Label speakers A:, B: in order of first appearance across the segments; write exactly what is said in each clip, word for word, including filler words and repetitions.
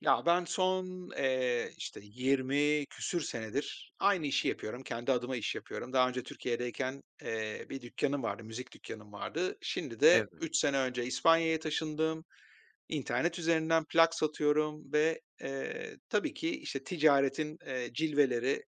A: Ya, ben son, eee, işte, 20 küsür senedir aynı işi yapıyorum. Kendi adıma iş yapıyorum. Daha önce Türkiye'deyken, eee, bir dükkanım vardı, müzik dükkanım vardı. Şimdi
B: Evet,
A: de üç sene önce İspanya'ya taşındım. İnternet üzerinden plak satıyorum ve, eee, tabii ki, işte, ticaretin, eee, cilveleri.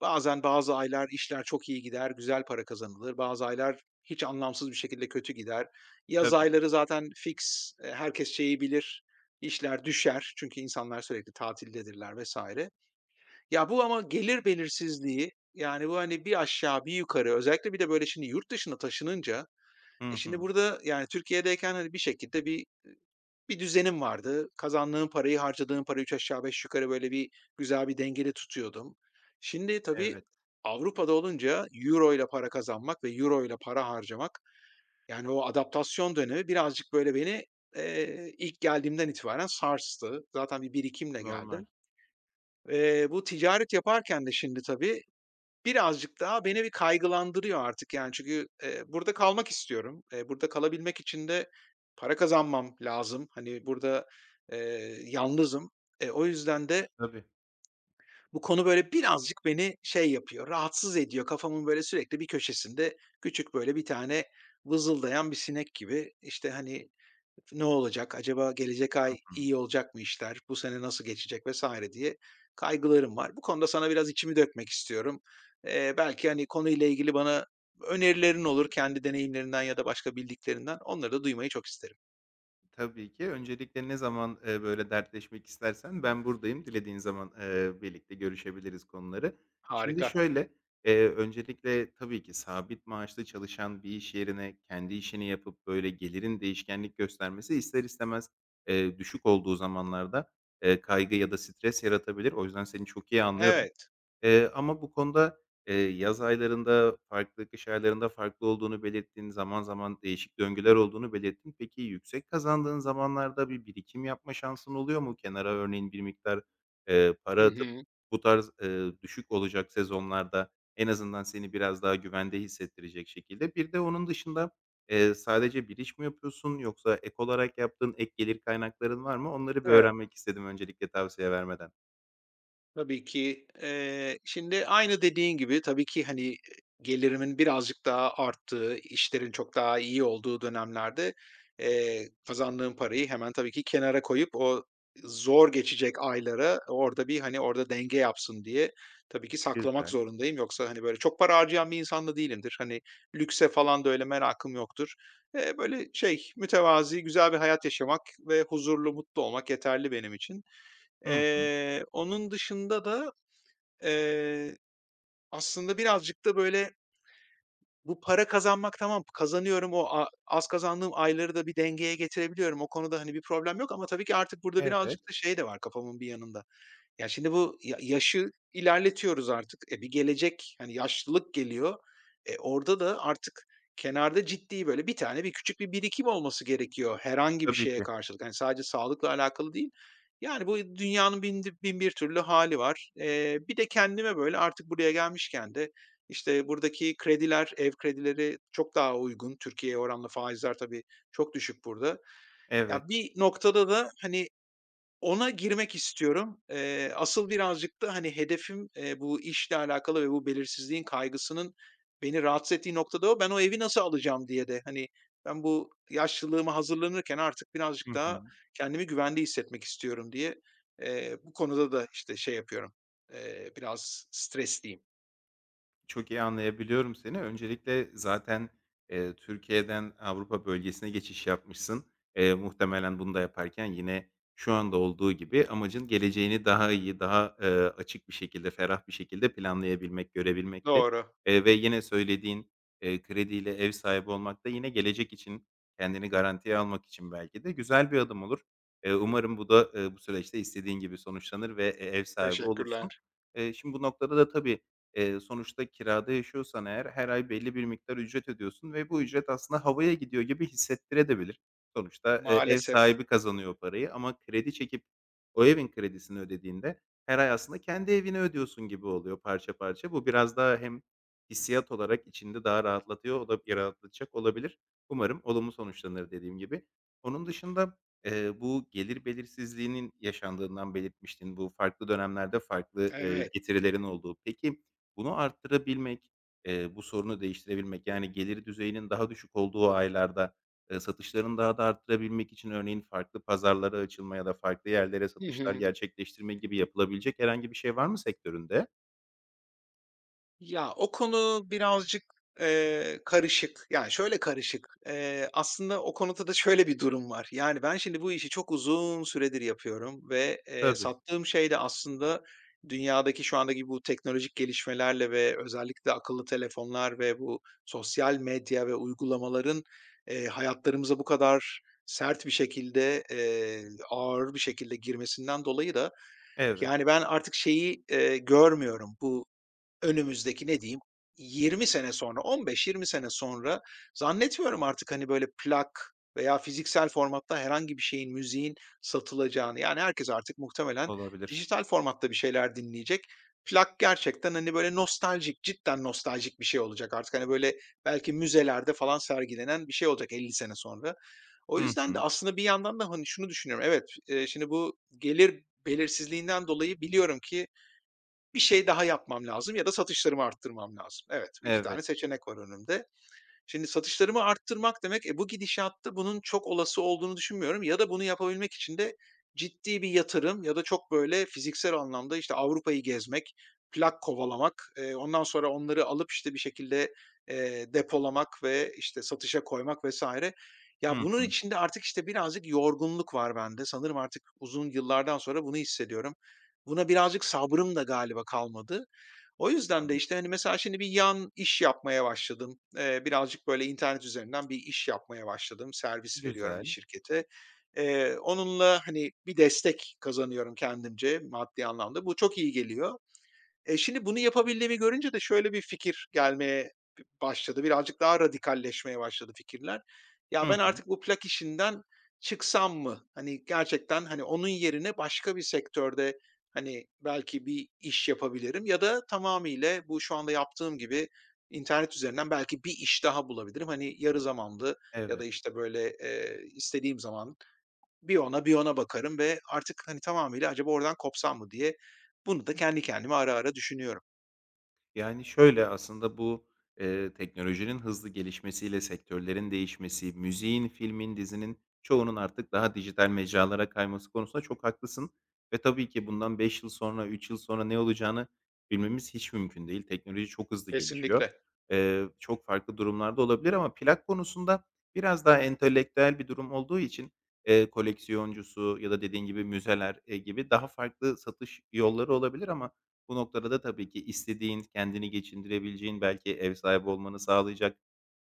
A: Bazen bazı aylar işler çok iyi gider, güzel para kazanılır. Bazı aylar hiç anlamsız bir şekilde kötü gider. Yaz
B: tabii.
A: ayları zaten fix, eee, herkes şeyi bilir, işler düşer çünkü insanlar sürekli tatildedirler vesaire. Ya, bu ama gelir belirsizliği, yani, bu, hani, bir aşağı bir yukarı özellikle bir de böyle şimdi yurt dışına taşınınca,
B: Hı
A: e, şimdi
B: hı.
A: burada, yani, Türkiye'deyken, hani, bir şekilde bir bir düzenim vardı. Kazandığım parayı, harcadığım parayı üç aşağı beş yukarı böyle bir güzel bir dengede tutuyordum. Şimdi
B: Evet,
A: tabii Avrupa'da olunca euro ile para kazanmak ve euro ile para harcamak, yani o adaptasyon dönemi birazcık böyle beni, eee, ilk geldiğimden itibaren sarstı. Zaten bir birikimle
B: normal.
A: geldim. Eee, bu ticaret yaparken de şimdi tabii birazcık daha beni bir kaygılandırıyor artık yani çünkü, eee, burada kalmak istiyorum. Eee, burada kalabilmek için de para kazanmam lazım. Hani, burada, eee, yalnızım. E, o yüzden de
B: Tabii.
A: bu konu böyle birazcık beni şey yapıyor, rahatsız ediyor. Kafamın böyle sürekli bir köşesinde küçük böyle bir tane vızıldayan bir sinek gibi, işte, hani, ne olacak? Acaba gelecek
B: Hı
A: ay
B: hı.
A: iyi olacak mı işler? Bu sene nasıl geçecek vesaire diye kaygılarım var. Bu konuda sana biraz içimi dökmek istiyorum. Eee, belki, hani, konuyla ilgili bana önerilerin olur kendi deneyimlerinden ya da başka bildiklerinden. Onları da duymayı çok isterim.
B: Tabii ki. Öncelikle ne zaman, eee, böyle dertleşmek istersen ben buradayım. Dilediğin zaman, eee, birlikte görüşebiliriz konuları. Şimdi
A: Harika.
B: şöyle, eee, öncelikle tabii ki sabit maaşlı çalışan bir iş yerine kendi işini yapıp böyle gelirin değişkenlik göstermesi ister istemez, eee, düşük olduğu zamanlarda, eee, kaygı ya da stres yaratabilir. O yüzden seni çok iyi anlıyorum.
A: Evet.
B: Eee, ama bu konuda, eee, yaz aylarında farklı, kış aylarında farklı olduğunu belirttin. Zaman zaman değişik döngüler olduğunu belirttin. Peki yüksek kazandığın zamanlarda bir birikim yapma şansın oluyor mu? Kenara örneğin bir miktar, eee, para
A: Hı
B: atıp
A: hı.
B: bu tarz, eee, düşük olacak sezonlarda en azından seni biraz daha güvende hissettirecek şekilde. Bir de onun dışında, eee, sadece bir iş mi yapıyorsun yoksa ek olarak yaptığın ek gelir kaynakların var mı? Onları bir
A: Evet.
B: öğrenmek istedim öncelikle tavsiye vermeden.
A: Tabii ki. Eee, şimdi aynı dediğin gibi tabii ki, hani, e, gelirimin birazcık daha arttığı, işlerin çok daha iyi olduğu dönemlerde, eee, kazandığım parayı hemen tabii ki kenara koyup o zor geçecek aylara orada bir, hani, orada denge yapsın diye tabii ki saklamak
B: Güzel.
A: zorundayım. Yoksa, hani, böyle çok para harcayan bir insan da değilimdir. Hani, lükse falan da öyle merakım yoktur. Eee, böyle şey, mütevazi, güzel bir hayat yaşamak ve huzurlu, mutlu olmak yeterli benim için.
B: Hı hı.
A: Eee, onun dışında da, eee, aslında birazcık da böyle bu para kazanmak tamam, kazanıyorum, o a az kazandığım ayları da bir dengeye getirebiliyorum. O konuda, hani, bir problem yok ama tabii ki artık burada
B: Evet.
A: birazcık da şey de var kafamın bir yanında. Ya, şimdi bu ya yaşı ilerletiyoruz artık. E, bir gelecek, hani, yaşlılık geliyor. E, orada da artık kenarda ciddi, böyle, bir tane bir küçük bir birikim olması gerekiyor herhangi bir
B: Tabii
A: şeye
B: ki.
A: karşılık. Hani, sadece sağlıkla alakalı değil. Yani, bu dünyanın bin bin bir türlü hali var. Eee, bir de kendime, böyle, artık buraya gelmişken de, işte, buradaki krediler, ev kredileri çok daha uygun. Türkiye'ye oranla faizler tabii çok düşük burada.
B: Evet.
A: Ya, bir noktada da, hani, ona girmek istiyorum. Eee, asıl birazcık da, hani, hedefim, eee, bu işle alakalı ve bu belirsizliğin kaygısının beni rahatsız ettiği noktada o. Ben o evi nasıl alacağım diye de, hani, ben bu yaşlılığıma hazırlanırken artık
B: Hı
A: birazcık
B: hı.
A: daha kendimi güvende hissetmek istiyorum diye, eee, bu konuda da, işte, şey yapıyorum, eee, biraz stresliyim.
B: Çok iyi anlayabiliyorum seni. Öncelikle zaten, eee, Türkiye'den Avrupa bölgesine geçiş yapmışsın. Eee, muhtemelen bunu da yaparken yine şu anda olduğu gibi amacın geleceğini daha iyi, daha, eee, açık bir şekilde, ferah bir şekilde planlayabilmek, görebilmekti.
A: Doğru,
B: Eee, ve yine söylediğin, eee, krediyle ev sahibi olmak da yine gelecek için, kendini garantiye almak için belki de güzel bir adım olur. Eee, umarım bu da, eee, bu süreçte istediğin gibi sonuçlanır ve e ev sahibi olursun.
A: teşekkürler.
B: Eee, şimdi bu noktada da tabii. Eee, sonuçta kirada yaşıyorsan eğer her ay belli bir miktar ücret ödüyorsun ve bu ücret aslında havaya gidiyor gibi hissettirebilir. Sonuçta, eee, ev
A: Maalesef.
B: sahibi kazanıyor parayı ama kredi çekip o evin kredisini ödediğinde her ay aslında kendi evini ödüyorsun gibi oluyor parça parça. Bu biraz daha hem hissiyat olarak içinde daha rahatlatıyor o da rahatlatacak olabilir. Umarım olumlu sonuçlanır dediğim gibi. Onun dışında, eee, bu gelir belirsizliğinin yaşandığından belirtmiştin. Bu farklı dönemlerde farklı, eee,
A: Evet.
B: getirilerin olduğu. Peki bunu arttırabilmek, eee, bu sorunu değiştirebilmek, yani, gelir düzeyinin daha düşük olduğu aylarda, eee, satışlarını daha da arttırabilmek için örneğin farklı pazarlara açılma ya da farklı yerlere satışlar gerçekleştirme gibi yapılabilecek herhangi bir şey var mı sektöründe?
A: Ya, o konu birazcık, eee, karışık. Yani, şöyle karışık, eee, aslında o konuda da şöyle bir durum var. Yani, ben şimdi bu işi çok uzun süredir yapıyorum ve, eee,
B: Tabii.
A: sattığım şey de aslında dünyadaki şu andaki bu teknolojik gelişmelerle ve özellikle akıllı telefonlar ve bu sosyal medya ve uygulamaların, eee, hayatlarımıza bu kadar sert bir şekilde, eee, ağır bir şekilde girmesinden dolayı da,
B: Evet,
A: yani, ben artık şeyi, eee, görmüyorum. Bu Önümüzdeki ne diyeyim, yirmi sene sonra, on beş, yirmi sene sonra zannetmiyorum artık, hani, böyle plak veya fiziksel formatta herhangi bir şeyin, müziğin satılacağını. Yani herkes artık muhtemelen
B: olabilir.
A: dijital formatta bir şeyler dinleyecek. Plak gerçekten, hani, böyle nostaljik, cidden nostaljik bir şey olacak artık. Hani, böyle belki müzelerde falan sergilenen bir şey olacak elli sene sonra. O
B: Hı
A: yüzden de
B: hı.
A: aslında bir yandan da, hani, şunu düşünüyorum. Evet, eee, şimdi bu gelir belirsizliğinden dolayı biliyorum ki bir şey daha yapmam lazım ya da satışlarımı arttırmam lazım. Evet, iki
B: Evet.
A: tane seçenek var önümde. Şimdi satışlarımı arttırmak demek, e, bu gidişatta bunun çok olası olduğunu düşünmüyorum ya da bunu yapabilmek için de ciddi bir yatırım ya da çok böyle fiziksel anlamda, işte, Avrupa'yı gezmek, plak kovalamak, eee, ondan sonra onları alıp, işte, bir şekilde, eee, depolamak ve, işte, satışa koymak vesaire. Ya,
B: Hı
A: bunun
B: hı.
A: içinde artık, işte, birazcık yorgunluk var bende. Sanırım artık uzun yıllardan sonra bunu hissediyorum. Buna birazcık sabrım da galiba kalmadı. O yüzden de,
B: Anladım.
A: işte, hani, mesela şimdi bir yan iş yapmaya başladım. Eee, birazcık böyle internet üzerinden bir iş yapmaya başladım. Servis veriyorum bir
B: Güzel.
A: şirkete. Eee, onunla, hani, bir destek kazanıyorum kendimce maddi anlamda. Bu çok iyi geliyor. Eee, şimdi bunu yapabildiğimi görünce de şöyle bir fikir gelmeye b başladı. Birazcık daha radikalleşmeye başladı fikirler.
B: Hı
A: Ya, ben
B: hı.
A: artık bu plak işinden çıksam mı? Hani, gerçekten, hani, onun yerine başka bir sektörde, hani, belki bir iş yapabilirim ya da tamamıyla bu şu anda yaptığım gibi internet üzerinden belki bir iş daha bulabilirim. Hani, yarı zamanlı ya da,
B: Evet.
A: işte, böyle, eee, istediğim zaman bir ona bir ona bakarım ve artık, hani, tamamıyla acaba oradan kopsam mı diye bunu da kendi kendime ara ara düşünüyorum.
B: Yani, şöyle, aslında bu, eee, teknolojinin hızlı gelişmesiyle sektörlerin değişmesi, müziğin, filmin, dizinin çoğunun artık daha dijital mecralara kayması konusunda çok haklısın ve tabii ki bundan beş yıl sonra, üç yıl sonra ne olacağını bilmemiz hiç mümkün değil. Teknoloji çok hızlı gelişiyor.
A: Kesinlikle.
B: Eee, çok farklı durumlarda olabilir ama plak konusunda biraz daha entelektüel bir durum olduğu için, eee, koleksiyoncusu ya da dediğin gibi müzeler, eee, gibi daha farklı satış yolları olabilir ama bu noktada da tabii ki istediğin, kendini geçindirebileceğin, belki ev sahibi olmanı sağlayacak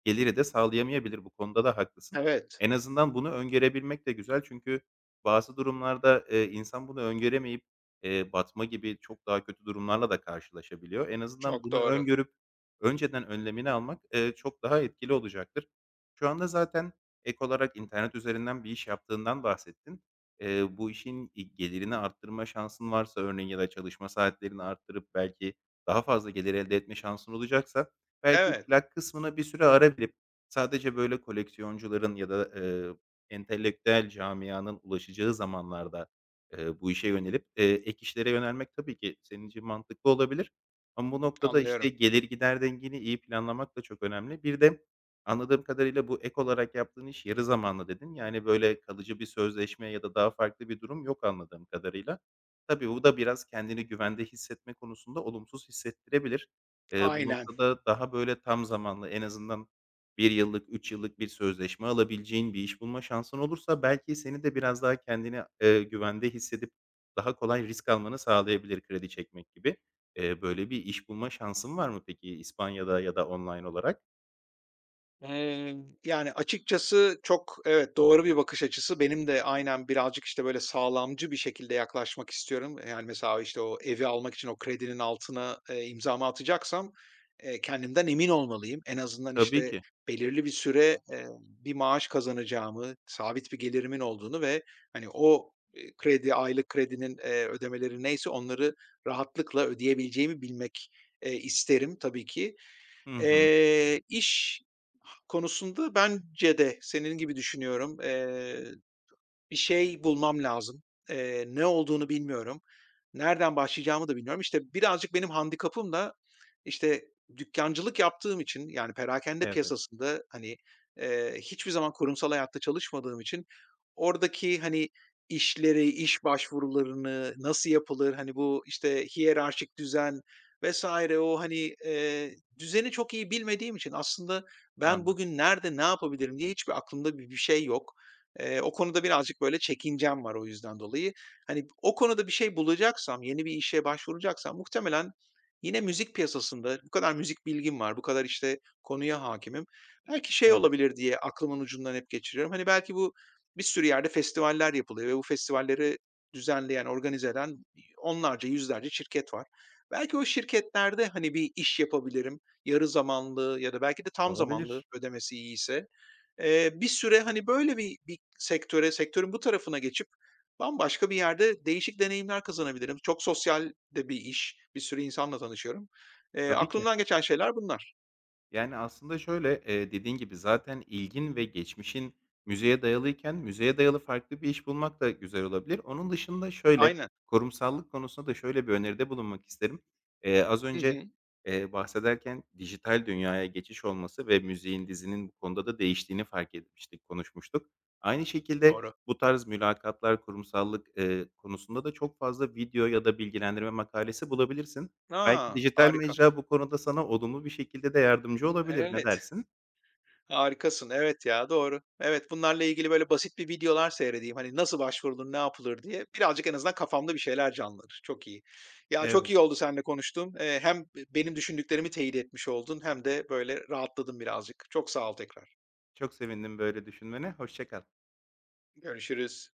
B: geliri de sağlayamayabilir. Bu konuda da haklısın.
A: Evet,
B: En azından bunu öngörebilmek de güzel çünkü bazı durumlarda, eee, insan bunu öngöremeyip, eee, batma gibi çok daha kötü durumlarla da karşılaşabiliyor. En azından
A: çok
B: bunu
A: doğru.
B: öngörüp önceden önlemini almak, eee, çok daha etkili olacaktır. Şu anda zaten ek olarak internet üzerinden bir iş yaptığından bahsettin. Eee, bu işin i gelirini arttırma şansın varsa örneğin ya da çalışma saatlerini arttırıp belki daha fazla gelir elde etme şansın olacaksa belki
A: Evet,
B: plak kısmına bir süre ara verip sadece böyle koleksiyoncuların ya da, eee, entelektüel camianın ulaşacağı zamanlarda, eee, bu işe yönelip, eee, ek işlere yönelmek tabii ki senin için mantıklı olabilir. Ama bu noktada, işte,
A: anlıyorum.
B: gelir gider dengeni iyi planlamak da çok önemli. Bir de anladığım kadarıyla bu ek olarak yaptığın iş yarı zamanlı dedin. Yani, böyle, kalıcı bir sözleşme ya da daha farklı bir durum yok anladığım kadarıyla. Tabii, bu da biraz kendini güvende hissetme konusunda olumsuz hissettirebilir. Eee, bu
A: Aynen.
B: noktada daha, böyle, tam zamanlı en azından bir yıllık, üç yıllık bir sözleşme alabileceğin bir iş bulma şansın olursa belki seni de biraz daha kendini, eee, güvende hissedip daha kolay risk almanı sağlayabilir kredi çekmek gibi. Eee, böyle bir iş bulma şansın var mı peki İspanya'da ya da online olarak?
A: Eee, Yani, açıkçası çok evet, doğru bir bakış açısı. Benim de aynen birazcık, işte, böyle sağlamcı bir şekilde yaklaşmak istiyorum. Yani, mesela, işte, o evi almak için o kredinin altına, eee, imzamı atacaksam, eee, kendimden emin olmalıyım. En azından,
B: Tabii
A: işte,
B: ki.
A: belirli bir süre, eee, bir maaş kazanacağımı, sabit bir gelirimin olduğunu ve, hani, o, eee, kredi, aylık kredinin, eee, ödemeleri neyse onları rahatlıkla ödeyebileceğimi bilmek, eee, isterim tabii ki.
B: Hı hı.
A: Eee, iş konusunda bence de senin gibi düşünüyorum. Eee, bir şey bulmam lazım. Eee, ne olduğunu bilmiyorum. Nereden başlayacağımı da bilmiyorum. İşte, birazcık benim handikapım da, işte, dükkâncılık yaptığım için, yani, perakende
B: Evet,
A: piyasasında, hani, eee, hiçbir zaman kurumsal hayatta çalışmadığım için oradaki, hani, işleri, iş başvurularını nasıl yapılır, hani, bu, işte, hiyerarşik düzen vesaire o, hani, eee, düzeni çok iyi bilmediğim için aslında ben
B: anladım.
A: bugün nerede ne yapabilirim diye hiçbir aklımda bi bir şey yok. Eee, o konuda birazcık böyle çekincem var o yüzden dolayı. Hani, o konuda bir şey bulacaksam, yeni bir işe başvuracaksam muhtemelen yine müzik piyasasında bu kadar müzik bilgim var, bu kadar, işte, konuya hakimim. Belki şey
B: Evet,
A: olabilir diye aklımın ucundan hep geçiriyorum. Hani, belki bu bir sürü yerde festivaller yapılıyor ve bu festivalleri düzenleyen, organize eden onlarca, yüzlerce şirket var. Belki o şirketlerde, hani, bir iş yapabilirim. Yarı zamanlı ya da belki de tam zamanlı
B: olabilir.
A: ödemesi iyiyse. Eee, bir süre, hani, böyle bir bir sektöre, sektörün bu tarafına geçip bambaşka bir yerde değişik deneyimler kazanabilirim. Çok sosyal de bir iş, bir sürü insanla tanışıyorum. Eee,
B: Tabii ki.
A: aklımdan geçen şeyler bunlar.
B: Yani, aslında şöyle, eee, dediğin gibi zaten ilgin ve geçmişin müzeye dayalıyken müzeye dayalı farklı bir iş bulmak da güzel olabilir. Onun dışında şöyle,
A: Aynen.
B: korumsallık konusunda da şöyle bir öneride bulunmak isterim. Eee, az
A: Hı
B: önce,
A: hı.
B: eee, bahsederken dijital dünyaya geçiş olması ve müziğin, dizinin bu konuda da değiştiğini fark etmiştik, konuşmuştuk. Aynı şekilde
A: Doğru.
B: bu tarz mülakatlar, kurumsallık, eee, konusunda da çok fazla video ya da bilgilendirme makalesi bulabilirsin. Belki
A: Aa,
B: dijital
A: harika.
B: mecra bu konuda sana olumlu bir şekilde de yardımcı olabilir. Ne
A: Evet.
B: dersin?
A: Harikasın. Evet ya, doğru. Evet, bunlarla ilgili böyle basit bir videolar seyredeyim. Hani nasıl başvurulur, ne yapılır diye. Birazcık en azından kafamda bir şeyler canlanır. Çok iyi. Ya çok
B: Evet,
A: iyi oldu seninle konuştuğum. Eee, hem benim düşündüklerimi teyit etmiş oldun hem de böyle rahatladım birazcık. Çok sağ ol tekrar.
B: çok sevindim böyle düşünmene. Hoşça kal.
A: Görüşürüz.